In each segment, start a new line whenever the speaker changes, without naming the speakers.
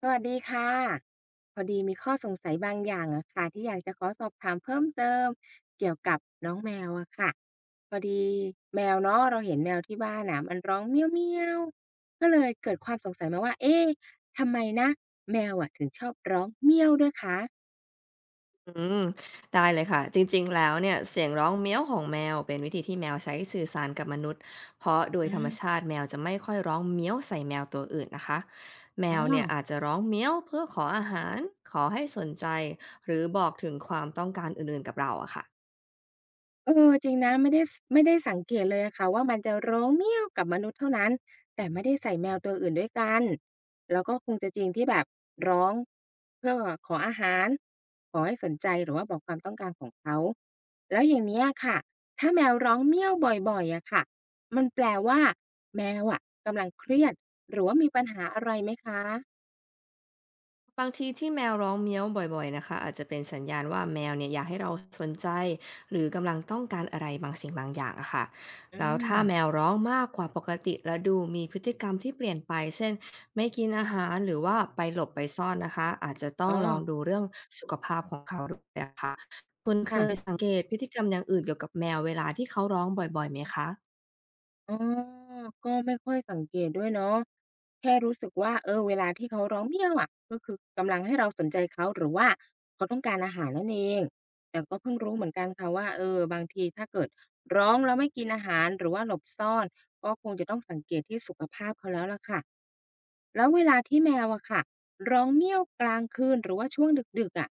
สวัสดีค่ะพอดีมีข้อสงสัยบางอย่างอะค่ะที่อยากจะขอสอบถามเพิ่มเติมเกี่ยวกับน้องแมวอะค่ะพอดีแมวเนาะเราเห็นแมวที่บ้านน่ะมันร้องเมี้ยวเมี้ยวก็เลยเกิดความสงสัยมาว่าเอ๊ะทำไมนะแมวอะถึงชอบร้องเมี้ยวด้วยคะ
อืมได้เลยค่ะจริงๆแล้วเนี่ยเสียงร้องเมี้ยวของแมวเป็นวิธีที่แมวใช้สื่อสารกับมนุษย์เพราะโดย
อื
ธรรม
ม
ชาติแมวจะไม่ค่อยร้องเมี้ยวใส่แมวตัวอื่นนะคะแม
อ
วเนี่ย
อ
อาจจะร้องเมี้ยวเพื่อขออาหารขอให้สนใจหรือบอกถึงความต้องการอื่นๆกับเราอะค่ะ
เออจริงนะไม่ได้สังเกตเลยอะค่ะว่ามันจะร้องเมี้ยวกับมนุษย์เท่านั้นแต่ไม่ได้ใส่แมวตัวอื่นด้วยกันแล้วก็คงจะจริงที่แบบร้องเพื่อขออาหารขอให้สนใจหรือว่าบอกความต้องการของเขาแล้วอย่างเนี้ยค่ะถ้าแมวร้องเมี้ยวบ่อยๆอะค่ะมันแปลว่าแมวอะกำลังเครียดหรือว่ามีปัญหาอะไรไหมคะ
บางทีที่แมวร้องเมี้ยวบ่อยๆนะคะอาจจะเป็นสัญญาณว่าแมวเนี่ยอยากให้เราสนใจหรือกำลังต้องการอะไรบางสิ่งบางอย่างอะค่ะ
อื
แล้วถ้าแมว
ม
ร้องมากกว่าปกติและดูมีพฤติกรรมที่เปลี่ยนไปเช่นไม่กินอาหารหรือว่าไปหลบไปซ่อนนะคะอาจจะต้อ
อ๋
ง
อ
ลองดูเรื่องสุขภาพของเขาด้วยอะค่ะคุณเค
ค่ะ
ยสังเกตพฤติกรรมอย่างอื่นเกี่ยวกับแมวเวลาที่เขาร้องบ่อยๆไหมคะ
อ๋อก็ไม่ค่อยสังเกตด้วยเนาะแค่รู้สึกว่าเออเวลาที่เขาร้องเมี้ยวอะก็คือกำลังให้เราสนใจเขาหรือว่าเขาต้องการอาหารนั่นเองแต่ก็เพิ่งรู้เหมือนกันค่ะว่าเออบางทีถ้าเกิดร้องแล้วไม่กินอาหารหรือว่าหลบซ่อนก็คงจะต้องสังเกตที่สุขภาพเขาแล้วล่ะค่ะ แล้วเวลาที่แมวอะค่ะร้องเมี้ยวกลางคืนหรือว่าช่วงดึกๆอะ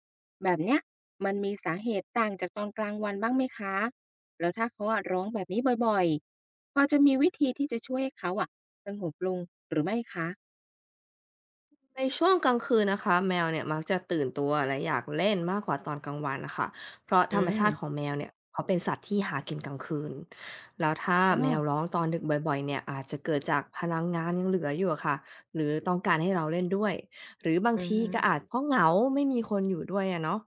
แบบเนี้ยมันมีสาเหตุต่างจากตอนกลางวันบ้างไหมคะแล้วถ้าเขาอะร้องแบบนี้บ่อยๆพอจะมีวิธีที่จะช่วยให้เขาอะสงบลงหรือไม่คะ
ในช่วงกลางคืนนะคะแมวเนี่ยมักจะตื่นตัวและอยากเล่นมากกว่าตอนกลางวันนะคะเพราะ
อื
ธรรมชาติของ
ม
แมวเนี่ยเขาเป็นสัตว์ที่หากินกลางคืนแล้วถ้า
อ๋อ
แมวร้องตอนดึกบ่อยๆเนี่ยอาจจะเกิดจากพลังงานยังเหลืออยู่อะค่ะหรือต้องการให้เราเล่นด้วยหรือบาง
อืม
ที
อม
ก็อาจเพราะเหงาไม่มีคนอยู่ด้วยอะเนาะ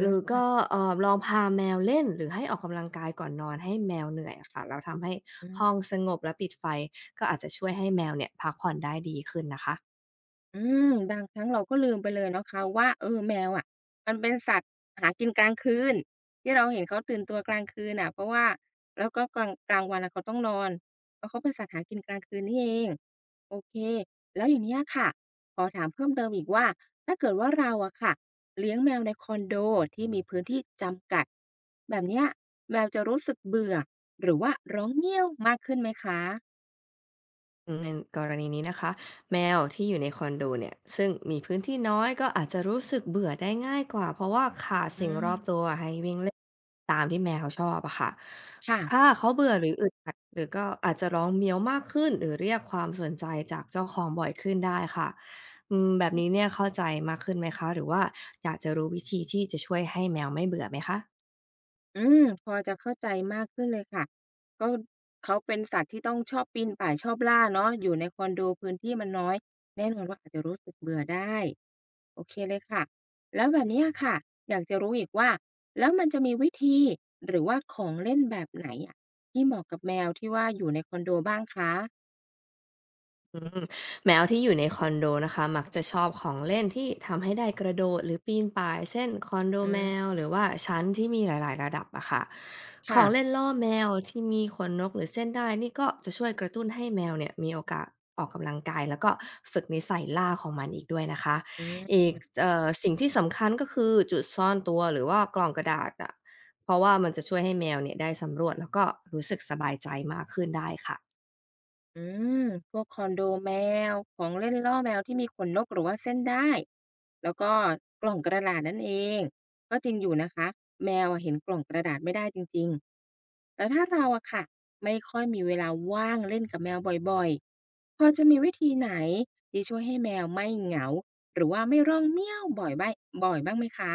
หรือก็ลองพาแมวเล่นหรือให้ออกกำลังกายก่อนนอนให้แมวเหนื่อยอะค่ะแล้วทำให้
อื
ห้อง
ม
สงบและปิดไฟก็อาจจะช่วยให้แมวเนี่ยพักผ่อนได้ดีขึ้นนะคะ
อืมบางครั้งเราก็ลืมไปเลยนะคะว่าเออแมวอะมันเป็นสัตว์หากินกลางคืนที่เราเห็นเขาตื่นตัวกลางคืนน่ะเพราะว่าแล้วก็กลางวันอะเขาต้องนอนเพราะเขาเป็นสัตว์หากินกลางคืนนี่เองโอเคแล้วอย่างเนี้ยค่ะขอถามเพิ่มเติมอีกว่าถ้าเกิดว่าเราอะค่ะเลี้ยงแมวในคอนโดที่มีพื้นที่จำกัดแบบเนี้ยแมวจะรู้สึกเบื่อหรือว่าร้องเมี๊ยวมากขึ้นไหมคะ
ในกรณีนี้นะคะแมวที่อยู่ในคอนโดเนี่ยซึ่งมีพื้นที่น้อยก็อาจจะรู้สึกเบื่อได้ง่ายกว่าเพราะว่าขาด
อื
สิ่งร
ม
อบตัวให้วิ่งเล่นตามที่แมวชอบอะค่ะ
ค่ะ
ถ้าเขาเบื่อหรืออึดอัดหรือก็อาจจะร้องเมียวมากขึ้นหรือเรียกความสนใจจากเจ้าของบ่อยขึ้นได้ค่ะอืมแบบนี้เนี่ยเข้าใจมากขึ้นไหมคะหรือว่าอยากจะรู้วิธีที่จะช่วยให้แมวไม่เบื่อไหมคะ
อืมพอจะเข้าใจมากขึ้นเลยค่ะก็เขาเป็นสัตว์ที่ต้องชอบปีนป่ายชอบล่าเนาะอยู่ในคอนโดพื้นที่มันน้อยแน่นอนว่าอาจจะรู้สึกเบื่อได้โอเคเลยค่ะแล้วแบบเนี้ยค่ะอยากจะรู้อีกว่าแล้วมันจะมีวิธีหรือว่าของเล่นแบบไหนอะที่เหมาะกับแมวที่ว่าอยู่ในคอนโดบ้างคะ
แมวที่อยู่ในคอนโดนะคะมักจะชอบของเล่นที่ทำให้ได้กระโดดหรือปีนป่ายเช่นคอนโด
อื
แม
ม
วหรือว่าชั้นที่มีหลายๆระดับอะค่ะของเล่น
ค่ะ
ล่อแมวที่มีขนนกหรือเส้นได้นี่ก็จะช่วยกระตุ้นให้แมวเนี่ยมีโอกาสออกกำลังกายแล้วก็ฝึกนิสัยล่าของมันอีกด้วยนะคะ
อืม
อีกสิ่งที่สำคัญก็คือจุดซ่อนตัวหรือว่ากล่องกระดาษอะเพราะว่ามันจะช่วยให้แมวเนี่ยได้สำรวจแล้วก็รู้สึกสบายใจมากขึ้นได้ค่ะ
อืมพวกคอนโดแมวของเล่นล่อแมวที่มีขนนกหรือว่าเส้นได้แล้วก็กล่องกระดาษนั่นเองก็จริงอยู่นะคะแมวอะเห็นกล่องกระดาษไม่ได้จริงๆแล้วถ้าเราอะค่ะไม่ค่อยมีเวลาว่างเล่นกับแมวบ่อยๆพอจะมีวิธีไหนที่ช่วยให้แมวไม่เหงาหรือว่าไม่ร้องเมี้ยวบ่อยบ้างไหมคะ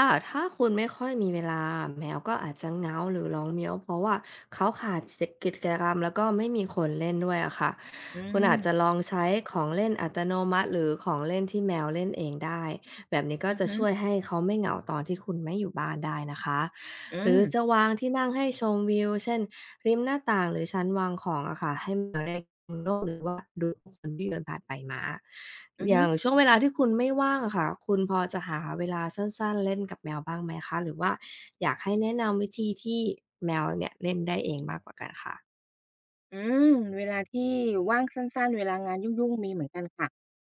ถ้าคุณไม่ค่อยมีเวลาแมวก็อาจจะเหงาหรือร้องเมี้ยวเพราะว่าเขาขาดเสะกิจกรรมแล้วก็ไม่มีคนเล่นด้วยอะค่ะ
อื
คุณอา
ม
จจะลองใช้ของเล่นอัตโนมัติหรือของเล่นที่แมวเล่นเองได้แบบนี้ก็
อือ
จะ
ฮึ
ช่วยให้เขาไม่เหงาตอนที่คุณไม่อยู่บ้านได้นะคะ
อื
หรื
ม
อจะวางที่นั่งให้ชมวิวเช่นริมหน้าต่างหรือชั้นวางของอะค่ะให้มาได้ดูโลกหรือว่าดูผู้คนที่เดินผ่านไปมา
อือ
อ
ฮึ
ย่างช่วงเวลาที่คุณไม่ว่างอะค่ะคุณพอจะหาเวลาสั้นๆเล่นกับแมวบ้างไหมคะหรือว่าอยากให้แนะนำวิธีที่แมวเนี่ยเล่นได้เองมากกว่ากันค่ะ
อืมเวลาที่ว่างสั้นๆเวลางานยุ่งๆมีเหมือนกันค่ะ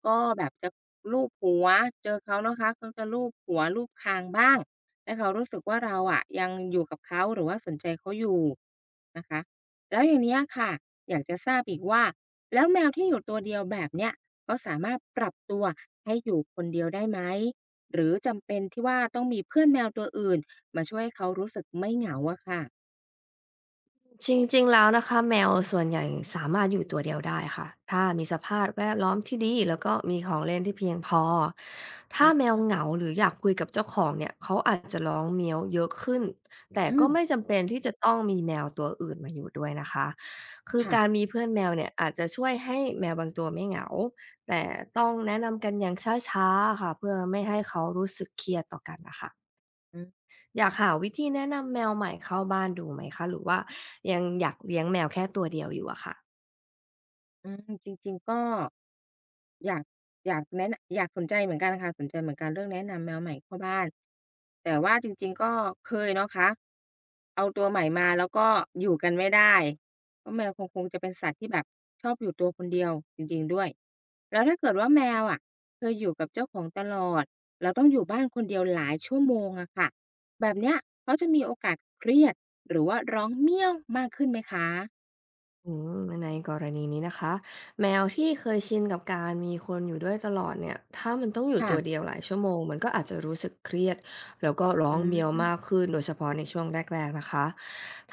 ก็แบบจะลูบหัวเจอเขานะคะเขาจะลูบหัวลูบคางบ้างให้เขารู้สึกว่าเราอะยังอยู่กับเขาหรือว่าสนใจเขาอยู่นะคะแล้วอย่างเนี้ยค่ะอยากจะทราบอีกว่าแล้วแมวที่อยู่ตัวเดียวแบบเนี้ยเขาสามารถปรับตัวให้อยู่คนเดียวได้ไหมหรือจำเป็นที่ว่าต้องมีเพื่อนแมวตัวอื่นมาช่วยให้เขารู้สึกไม่เหงาอะค่ะ
จริงๆแล้วนะคะแมวส่วนใหญ่สามารถอยู่ตัวเดียวได้ค่ะถ้ามีสภาพแวดล้อมที่ดีแล้วก็มีของเล่นที่เพียงพอถ้า
อา
แมวเหงาหรืออยากคุยกับเจ้าของเนี่ยเขาอาจจะร้องเมี้ยวเยอะขึ้นแต่
อื
ก็
ม
ไม่จำเป็นที่จะต้องมีแมวตัวอื่นมาอยู่ด้วยนะคะคือ
ค่ะ
การมีเพื่อนแมวเนี่ยอาจจะช่วยให้แมวบางตัวไม่เหงาแต่ต้องแนะนำกันอย่างช้าๆค่ะเพื่อไม่ให้เขารู้สึกเครียดต่อกันนะคะ อยากหาวิธีแนะนำแมวใหม่เข้าบ้านดูไหมคะหรือว่ายังอยากเลี้ยงแมวแค่ตัวเดียวอยู่อะค่ะ
อืมจริงๆก็อยากอยากแนะนอยากสนใจเหมือนกันค่ะสนใจเหมือนกันเรื่องแนะนำแมวใหม่เข้าบ้านแต่ว่าจริงๆก็เคยเนาะคะเอาตัวใหม่มาแล้วก็อยู่กันไม่ได้เพราะแมวคงจะเป็นสัตว์ที่แบบชอบอยู่ตัวคนเดียวจริงๆด้วยแล้วถ้าเกิดว่าแมวอะเคยอยู่กับเจ้าของตลอดแล้วต้องอยู่บ้านคนเดียวหลายชั่วโมงอะค่ะแบบเนี้ยเขาจะมีโอกาสเครียดหรือว่าร้องเมี้ยวมากขึ้นไหมคะ
อืมในกรณีนี้นะคะแมวที่เคยชินกับการมีคนอยู่ด้วยตลอดเนี่ยถ้ามันต้องอยู่ตัวเดีย
ค่ะ
วหลายชั่วโมงมันก็อาจจะรู้สึกเครียดแล้วก็ร้อ
อื
งเมียวมาก
ม
ขึ้นโดยเฉพาะในช่วงแรกๆนะคะ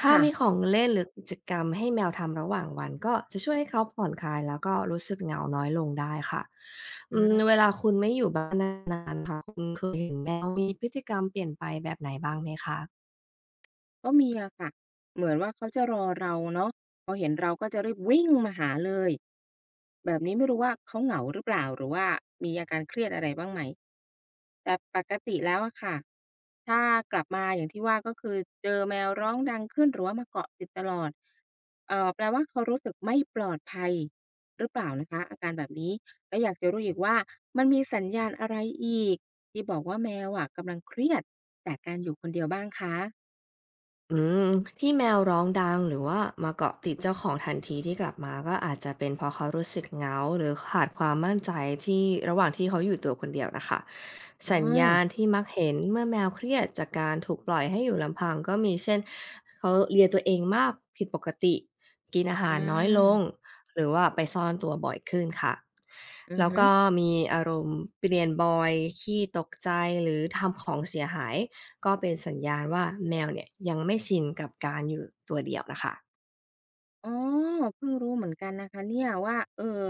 ถ้ามีข
ค่ะ
องเล่นหรือกิจกรรมให้แมวทำระหว่างวันก็จะช่วยให้เขาผ่อนคลายแล้วก็รู้สึกเหงาน้อยลงได้ค่ะ
อื
อืมเว
ม
ลาคุณไม่อยู่บ้านนานๆค่ะคุณเคยเห็นแมวมีพฤติกรรมเปลี่ยนไปแบบไหนบ้างไหมคะ
ก็มีอะค่ะเหมือนว่าเขาจะรอเราเนาะพอเห็นเราก็จะรีบวิ่งมาหาเลยแบบนี้ไม่รู้ว่าเขาเหงาหรือเปล่าหรือว่ามีอาการเครียดอะไรบ้างไหมแต่ปกติแล้วอะค่ะถ้ากลับมาอย่างที่ว่าก็คือเจอแมวร้องดังขึ้นหรือว่ามาเกาะติดตลอดแปลว่าเขารู้สึกไม่ปลอดภัยหรือเปล่านะคะอาการแบบนี้และอยากจะรู้อีกว่ามันมีสัญญาณอะไรอีกที่บอกว่าแมวอะกำลังเครียดจากการอยู่คนเดียวบ้างคะ
อืมที่แมวร้องดังหรือว่ามาเกาะติดเจ้าของทันทีที่กลับมาก็อาจจะเป็นเพราะเขารู้สึกเหงาหรือขาดความมั่นใจที่ระหว่างที่เขาอยู่ตัวคนเดียวนะคะ
อ๋อ
สัญญาณที่มักเห็นเมื่อแมวเครียดจากการถูกปล่อยให้อยู่ลำพังก็มีเช่นเขาเลียตัวเองมากผิดปกติกินอา
อื
หารน้อยลง
ม
หรือว่าไปซ่อนตัวบ่อยขึ้นค่ะ
อือ
แล้ว
ฮึ
ก็มีอารมณ์เปลี่ยนบ่อยขี้ตกใจหรือทำของเสียหาย ก็เป็นสัญญาณว่าแมวเนี่ยยังไม่ชินกับการอยู่ตัวเดียวนะคะ
อ๋อเพิ่งรู้เหมือนกันนะคะเนี่ยว่าเออ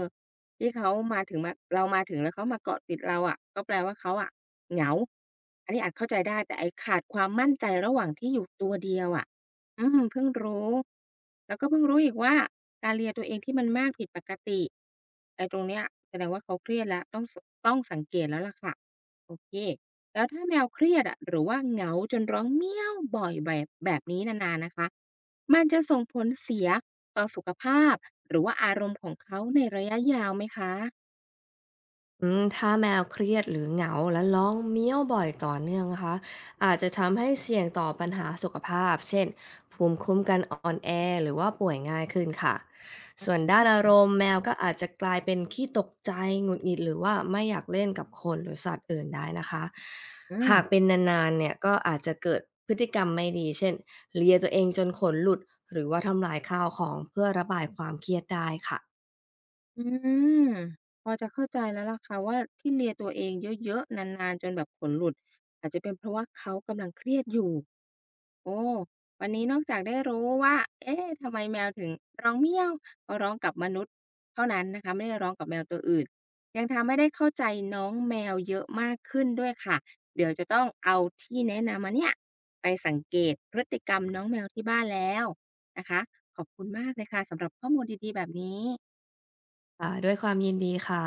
ที่เขามาถึงมาเรามาถึงแล้วเขามาเกาะติดเราอะก็แปลว่าเขาอะเหงาอันนี้อาจเข้าใจได้แต่ไอ้ขาดความมั่นใจระหว่างที่อยู่ตัวเดียวอะอืมเพิ่งรู้แล้วก็เพิ่งรู้อีกว่าการเลียตัวเองที่มันมากผิดปกติไอ้ตรงเนี้ยแสดงว่าเขาเครียดแล้วต้องสต้องสังเกตแล้วล่ะค่ะโอเคแล้วถ้าแมวเครียดอะหรือว่าเหงาจนร้องเมี๊ยวบ่อยแบบนี้นานๆนะคะมันจะส่งผลเสีย ต่อสุขภาพหรือว่าอารมณ์ของเขาในระยะยาวไหมคะ
อืมถ้าแมวเครียดหรือเหงาและร้องเมี้ยวบ่อยต่อเนื่องนะคะอาจจะทำให้เสี่ยงต่อปัญหาสุขภาพเช่นภูมิคุ้มกันอ่อนแอหรือว่าป่วยง่ายขึ้นค่ะส่วนด้านอารมณ์แมวก็อาจจะกลายเป็นขี้ตกใจหงุดหงิดหรือว่าไม่อยากเล่นกับคนหรือสัตว์อื่นได้นะคะ
อืม
หากเป็นนานๆเนี่ยก็อาจจะเกิดพฤติกรรมไม่ดีเช่นเลียตัวเองจนขนหลุดหรือว่าทำลายข้าวของเพื่อระบายความเครียดได้ค่ะ
อืม พอจะเข้าใจแล้วล่ะค่ะว่าที่เลียตัวเองเยอะๆนานๆจนแบบขนหลุดอาจจะเป็นเพราะว่าเขากำลังเครียดอยู่ โอ้วันนี้นอกจากได้รู้ว่าเอ๊ะทำไมแมวถึงร้องเมี้ยวก็ร้องกับมนุษย์เท่านั้นนะคะไม่ได้ร้องกับแมวตัวอื่นยังทำให้ได้เข้าใจน้องแมวเยอะมากขึ้นด้วยค่ะเดี๋ยวจะต้องเอาที่แนะนำมาเนี่ยไปสังเกตพฤติกรรมน้องแมวที่บ้านแล้วนะคะขอบคุณมากเลยค่ะสำหรับข้อมูลดีๆแบบนี้
ด้วยความยินดีค่ะ